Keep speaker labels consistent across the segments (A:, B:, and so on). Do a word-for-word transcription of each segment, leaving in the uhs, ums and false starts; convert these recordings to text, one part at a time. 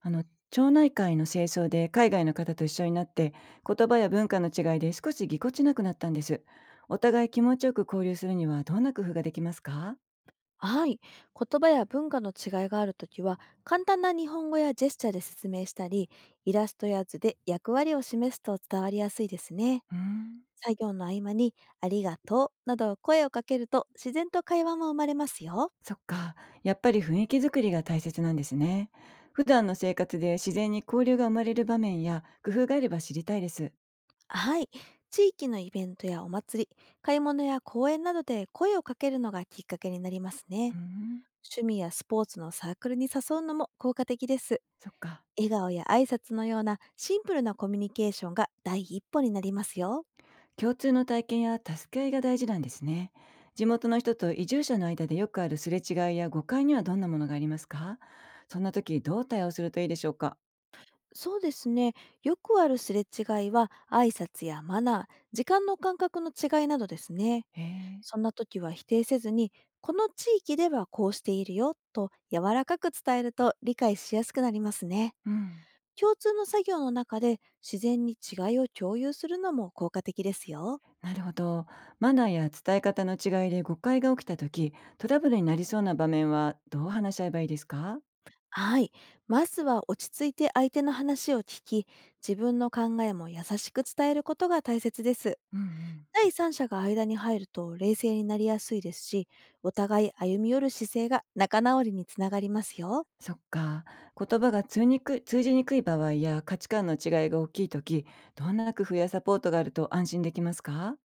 A: あの町内会の清掃で海外の方と一緒になって、言葉や文化の違いで少しぎこちなくなったんです。お互い気持ちよく交流するにはどんな工夫ができますか？
B: はい。言葉や文化の違いがあるときは、簡単な日本語やジェスチャーで説明したり、イラストや図で役割を示すと伝わりやすいですね。
A: うーん。
B: 作業の合間に、ありがとうなど声をかけると、自然と会話も生まれますよ。
A: そっか、やっぱり雰囲気作りが大切なんですね。普段の生活で自然に交流が生まれる場面や工夫があれば知りたいです。
B: はい。地域のイベントやお祭り、買い物や公園などで声をかけるのがきっかけになります
A: うー
B: ね。
A: ん。
B: 趣味やスポーツのサークルに誘うのも効果的です。
A: そっか、
B: 笑顔や挨拶のようなシンプルなコミュニケーションが第一歩になりますよ。
A: 共通の体験や助け合いが大事なんですね。地元の人と移住者の間でよくあるすれ違いや誤解にはどんなものがありますか？そんな時どう対応するといいでしょうか？
B: そうですね。よくあるすれ違いは、挨拶やマナー、時間の感覚の違いなどですね。
A: へえ。
B: そんな時は否定せずに、この地域ではこうしているよと柔らかく伝えると理解しやすくなりますね。
A: うん。
B: 共通の作業の中で自然に違いを共有するのも効果的ですよ。
A: なるほど。マナーや伝え方の違いで誤解が起きた時、トラブルになりそうな場面はどう話し合えばいいですか？
B: はい。まずは落ち着いて相手の話を聞き、自分の考えも優しく伝えることが大切です。
A: うんうん。
B: 第三者が間に入ると冷静になりやすいですし、お互い歩み寄る姿勢が仲直りにつながりますよ。
A: そっか。言葉が通にく通じにくい場合や価値観の違いが大きい時、どんな工夫やサポートがあると安心できますか？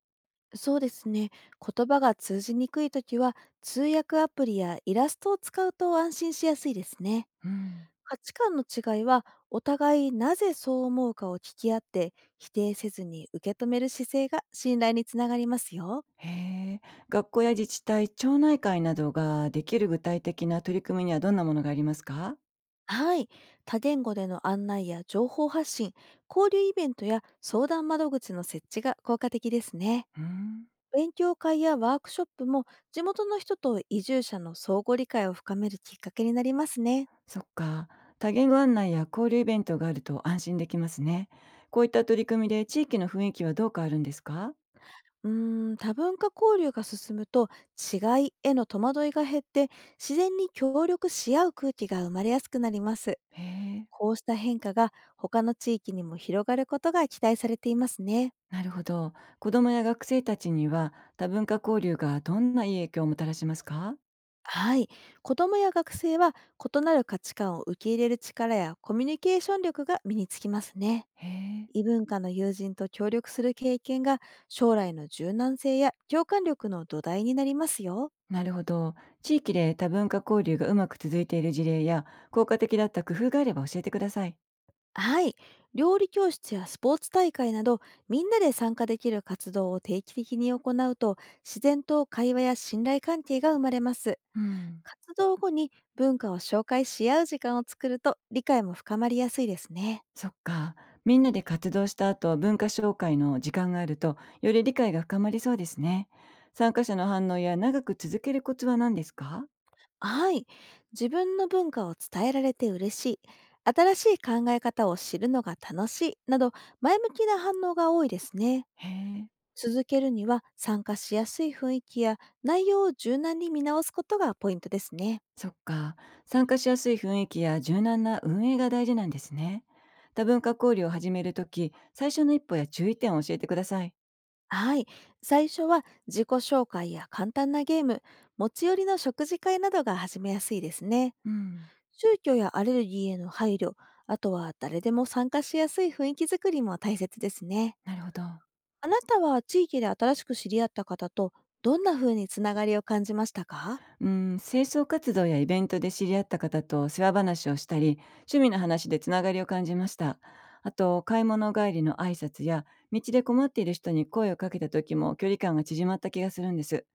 B: そうですね。言葉が通じにくいときは、通訳アプリやイラストを使うと安心しやすいですね。
A: うん。
B: 価値観の違いは、お互いなぜそう思うかを聞き合って、否定せずに受け止める姿勢が信頼につながりますよ。
A: へえ。学校や自治体、町内会などができる具体的な取り組みにはどんなものがありますか？
B: はい。多言語での案内や情報発信、交流イベントや相談窓口の設置が効果的ですね。
A: うーん。
B: 勉強会やワークショップも、地元の人と移住者の相互理解を深めるきっかけになりますね。
A: そっか。多言語案内や交流イベントがあると安心できますね。こういった取り組みで地域の雰囲気はどう変わるんですか？
B: うーん多文化交流が進むと、違いへの戸惑いが減って、自然に協力し合う空気が生まれやすくなります。
A: へえ。
B: こうした変化が、他の地域にも広がることが期待されていますね。
A: なるほど。子どもや学生たちには多文化交流がどんないい影響をもたらしますか？
B: はい。子どもや学生は、異なる価値観を受け入れる力やコミュニケーション力が身につきますね。
A: へえ。
B: 異文化の友人と協力する経験が、将来の柔軟性や共感力の土台になりますよ。
A: なるほど。地域で多文化交流がうまく続いている事例や効果的だった工夫があれば教えてください。
B: はい。料理教室やスポーツ大会など、みんなで参加できる活動を定期的に行うと、自然と会話や信頼関係が生まれます。
A: うん。
B: 活動後に文化を紹介し合う時間を作ると、理解も深まりやすいですね。
A: そっか。みんなで活動した後、文化紹介の時間があると、より理解が深まりそうですね。参加者の反応や長く続けるコツは何ですか？
B: はい。自分の文化を伝えられて嬉しい。新しい考え方を知るのが楽しい。など、前向きな反応が多いですね。
A: へえ、
B: 続けるには、参加しやすい雰囲気や内容を柔軟に見直すことがポイントですね。
A: そっか。参加しやすい雰囲気や柔軟な運営が大事なんですね。多文化交流を始めるとき、最初の一歩や注意点を教えてください。
B: はい。最初は自己紹介や簡単なゲーム、持ち寄りの食事会などが始めやすいですね。
A: うん、
B: 宗教やアレルギーへの配慮、あとは誰でも参加しやすい雰囲気づくりも大切ですね。
A: なるほど。
B: あなたは地域で新しく知り合った方と、どんな風につながりを感じましたか？
A: うん、清掃活動やイベントで知り合った方と世話話をしたり、趣味の話でつながりを感じました。あと、買い物帰りの挨拶や、道で困っている人に声をかけた時も距離感が縮まった気がするんです。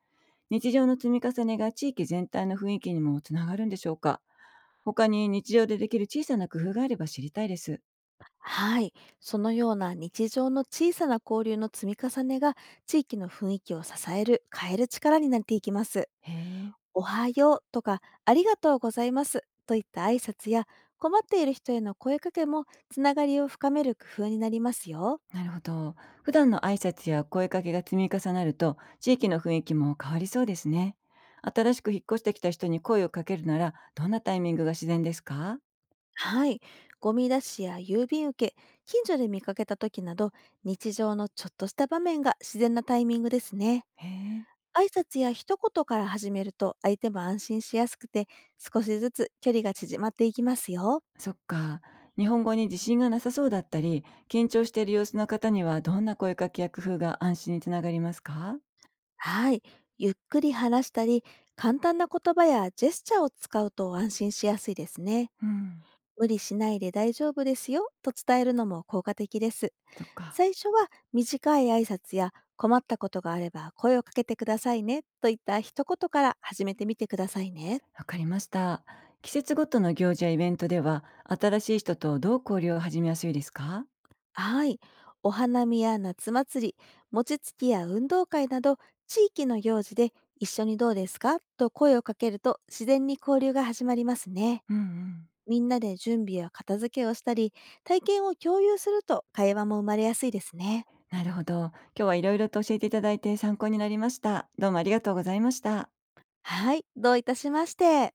A: 日常の積み重ねが地域全体の雰囲気にもつながるんでしょうか？他に日常でできる小さな工夫があれば知りたいです。
B: はい。そのような日常の小さな交流の積み重ねが、地域の雰囲気を支える、変える力になっていきます。
A: へえ。
B: おはようとかありがとうございますといった挨拶や、困っている人への声かけもつながりを深める工夫になりますよ。
A: なるほど。普段の挨拶や声かけが積み重なると、地域の雰囲気も変わりそうですね。新しく引っ越してきた人に声をかけるなら、どんなタイミングが自然ですか？
B: はい。ゴミ出しや郵便受け、近所で見かけた時など、日常のちょっとした場面が自然なタイミングですね。
A: へえ、
B: 挨拶や一言から始めると、相手も安心しやすくて、少しずつ距離が縮まっていきますよ。
A: そっか。日本語に自信がなさそうだったり、緊張している様子の方には、どんな声かけや工夫が安心につながりますか？
B: はい。ゆっくり話したり、簡単な言葉やジェスチャーを使うと安心しやすいですね。
A: うん、
B: 無理しないで大丈夫ですよと伝えるのも効果的です。
A: そっか。
B: 最初は、短い挨拶や困ったことがあれば声をかけてくださいねといった一言から始めてみてくださいね。
A: わかりました。季節ごとの行事やイベントでは、新しい人とどう交流を始めやすいですか？
B: はい。お花見や夏祭り、餅つきや運動会など、地域の行事で一緒にどうですかと声をかけると、自然に交流が始まりますね。
A: うんうん。
B: みんなで準備や片付けをしたり、体験を共有すると会話も生まれやすいですね。
A: なるほど。今日はいろいろと教えていただいて参考になりました。どうもありがとうございました。
B: はい。どういたしまして。